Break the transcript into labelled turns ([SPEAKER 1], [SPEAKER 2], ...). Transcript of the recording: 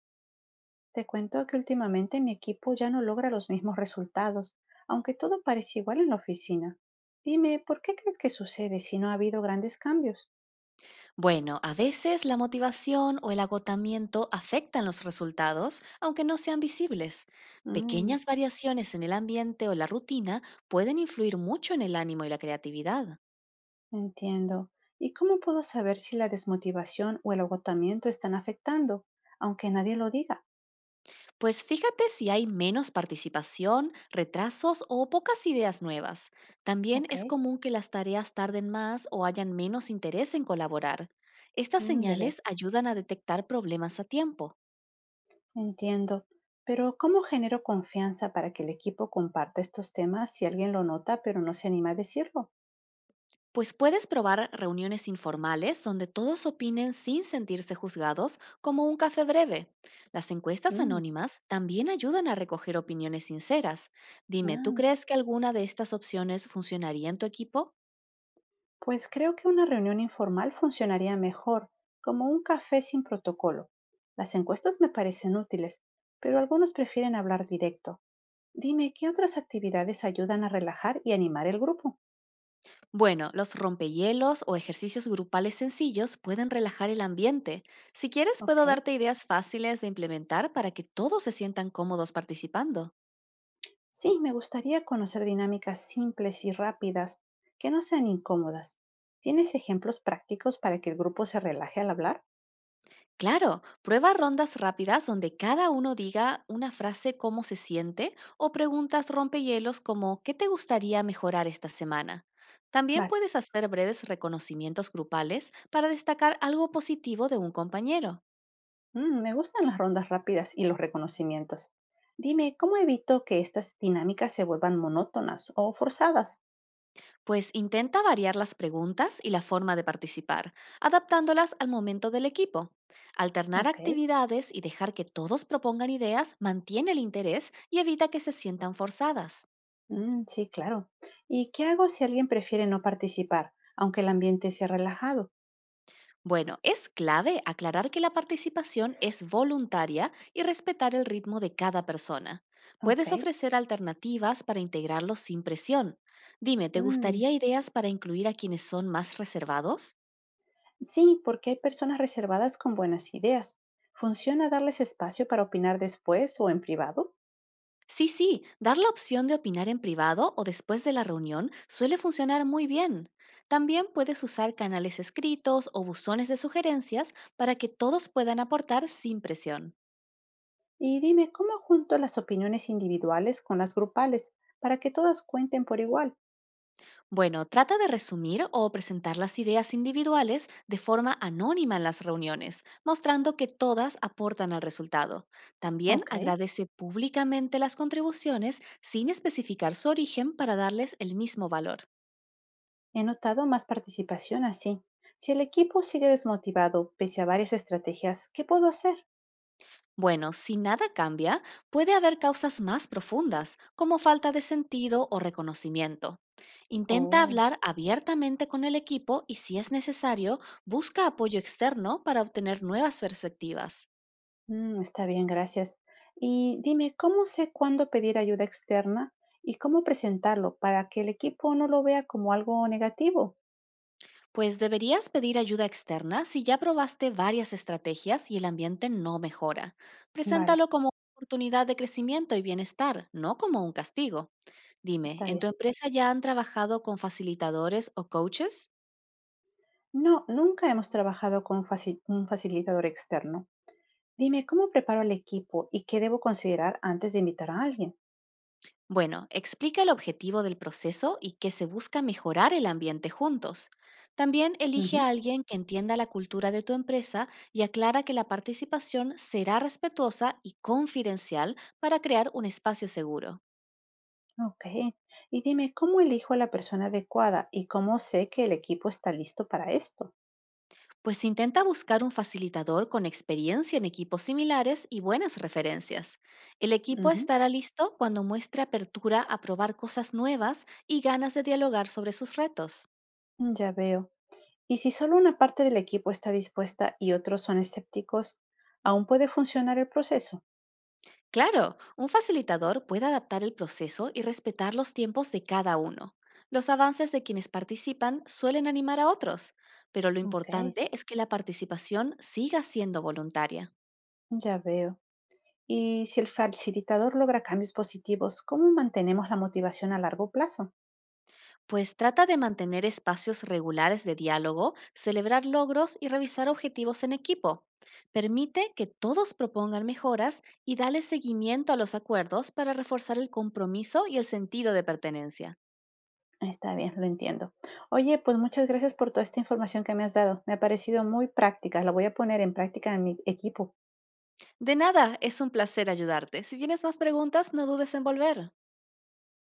[SPEAKER 1] Te cuento que últimamente mi equipo ya no logra los mismos resultados, aunque todo parece igual en la oficina. Dime, ¿por qué crees que sucede si no ha habido grandes cambios?
[SPEAKER 2] Bueno, a veces la motivación o el agotamiento afectan los resultados, aunque no sean visibles.
[SPEAKER 1] Mm,
[SPEAKER 2] Pequeñas variaciones en el ambiente o la rutina pueden influir mucho en el ánimo y la creatividad.
[SPEAKER 1] entiendo. ¿Y cómo puedo saber si la desmotivación o el agotamiento están afectando, aunque nadie lo diga?
[SPEAKER 2] Pues fíjate si hay menos participación, retrasos o pocas ideas nuevas. También
[SPEAKER 1] Ok,
[SPEAKER 2] es común que las tareas tarden más o hayan menos interés en colaborar. Estas
[SPEAKER 1] mm, ya veo.
[SPEAKER 2] señales ayudan a detectar problemas a tiempo.
[SPEAKER 1] Entiendo. Pero ¿cómo genero confianza para que el equipo comparta estos temas si alguien lo nota pero no se anima a decirlo?
[SPEAKER 2] Pues puedes probar reuniones informales donde todos opinen sin sentirse juzgados, como un café breve. Las encuestas
[SPEAKER 1] Mm,
[SPEAKER 2] anónimas también ayudan a recoger opiniones sinceras. Dime, ¿tú
[SPEAKER 1] mira.
[SPEAKER 2] crees que alguna de estas opciones funcionaría en tu equipo?
[SPEAKER 1] Pues creo que una reunión informal funcionaría mejor, como un café sin protocolo. Las encuestas me parecen útiles, pero algunos prefieren hablar directo. Dime, ¿qué otras actividades ayudan a relajar y animar el grupo?
[SPEAKER 2] Bueno, los rompehielos o ejercicios grupales sencillos pueden relajar el ambiente. Si quieres,
[SPEAKER 1] Ok.
[SPEAKER 2] puedo darte ideas fáciles de implementar para que todos se sientan cómodos participando.
[SPEAKER 1] Sí, me gustaría conocer dinámicas simples y rápidas, que no sean incómodas. ¿Tienes ejemplos prácticos para que el grupo se relaje al hablar?
[SPEAKER 2] Claro, prueba rondas rápidas donde cada uno diga una frase cómo se siente o preguntas rompehielos como ¿qué te gustaría mejorar esta semana? También
[SPEAKER 1] Vale.
[SPEAKER 2] puedes hacer breves reconocimientos grupales para destacar algo positivo de un compañero.
[SPEAKER 1] Mm, me gustan las rondas rápidas y los reconocimientos. Dime, ¿cómo evito que estas dinámicas se vuelvan monótonas o forzadas?
[SPEAKER 2] Pues intenta variar las preguntas y la forma de participar, adaptándolas al momento del equipo. Alternar
[SPEAKER 1] Ok,
[SPEAKER 2] actividades y dejar que todos propongan ideas mantiene el interés y evita que se sientan forzadas.
[SPEAKER 1] mm, sí, claro. ¿Y qué hago si alguien prefiere no participar, aunque el ambiente sea relajado?
[SPEAKER 2] Bueno, es clave aclarar que la participación es voluntaria y respetar el ritmo de cada persona.
[SPEAKER 1] Ok,
[SPEAKER 2] Puedes ofrecer alternativas para integrarlos sin presión. Dime, ¿te
[SPEAKER 1] mm,
[SPEAKER 2] gustaría ideas para incluir a quienes son más reservados?
[SPEAKER 1] sí, porque hay personas reservadas con buenas ideas. ¿Funciona darles espacio para opinar después o en privado?
[SPEAKER 2] Sí, sí, dar la opción de opinar en privado o después de la reunión suele funcionar muy bien. También puedes usar canales escritos o buzones de sugerencias para que todos puedan aportar sin presión.
[SPEAKER 1] Y dime, ¿cómo junto las opiniones individuales con las grupales para que todas cuenten por igual?
[SPEAKER 2] Bueno, trata de resumir o presentar las ideas individuales de forma anónima en las reuniones, mostrando que todas aportan al resultado. También
[SPEAKER 1] Ok.
[SPEAKER 2] agradece públicamente las contribuciones sin especificar su origen para darles el mismo valor.
[SPEAKER 1] He notado más participación así. Si el equipo sigue desmotivado pese a varias estrategias, ¿qué puedo hacer?
[SPEAKER 2] Bueno, si nada cambia, puede haber causas más profundas, como falta de sentido o reconocimiento. Intenta
[SPEAKER 1] Oh,
[SPEAKER 2] hablar abiertamente con el equipo y, si es necesario, busca apoyo externo para obtener nuevas perspectivas.
[SPEAKER 1] mm, está bien, gracias. Y dime, ¿cómo sé cuándo pedir ayuda externa y cómo presentarlo para que el equipo no lo vea como algo negativo?
[SPEAKER 2] Pues deberías pedir ayuda externa si ya probaste varias estrategias y el ambiente no mejora.
[SPEAKER 1] Vale,
[SPEAKER 2] Preséntalo como una oportunidad de crecimiento y bienestar, no como un castigo. Dime,
[SPEAKER 1] está
[SPEAKER 2] ¿en tu
[SPEAKER 1] bien.
[SPEAKER 2] empresa ya han trabajado con facilitadores o coaches?
[SPEAKER 1] No, nunca hemos trabajado con un facilitador externo. Dime, ¿cómo preparo al equipo y qué debo considerar antes de invitar a alguien?
[SPEAKER 2] Bueno, explica el objetivo del proceso y que se busca mejorar el ambiente juntos. También elige
[SPEAKER 1] Ujú.
[SPEAKER 2] a alguien que entienda la cultura de tu empresa y aclara que la participación será respetuosa y confidencial para crear un espacio seguro.
[SPEAKER 1] Ok. Y dime, ¿cómo elijo a la persona adecuada y cómo sé que el equipo está listo para esto?
[SPEAKER 2] Pues intenta buscar un facilitador con experiencia en equipos similares y buenas referencias. El equipo
[SPEAKER 1] Ujú.
[SPEAKER 2] estará listo cuando muestre apertura a probar cosas nuevas y ganas de dialogar sobre sus retos.
[SPEAKER 1] Ya veo. Y si solo una parte del equipo está dispuesta y otros son escépticos, ¿aún puede funcionar el proceso?
[SPEAKER 2] Claro, un facilitador puede adaptar el proceso y respetar los tiempos de cada uno. Los avances de quienes participan suelen animar a otros, pero lo
[SPEAKER 1] Ok,
[SPEAKER 2] importante es que la participación siga siendo voluntaria.
[SPEAKER 1] ya veo. Y si el facilitador logra cambios positivos, ¿cómo mantenemos la motivación a largo plazo?
[SPEAKER 2] Pues trata de mantener espacios regulares de diálogo, celebrar logros y revisar objetivos en equipo. Permite que todos propongan mejoras y dale seguimiento a los acuerdos para reforzar el compromiso y el sentido de pertenencia.
[SPEAKER 1] Está bien, lo entiendo. Oye, pues muchas gracias por toda esta información que me has dado. Me ha parecido muy práctica. La voy a poner en práctica en mi equipo.
[SPEAKER 2] De nada, es un placer ayudarte. Si tienes más preguntas, no dudes en volver.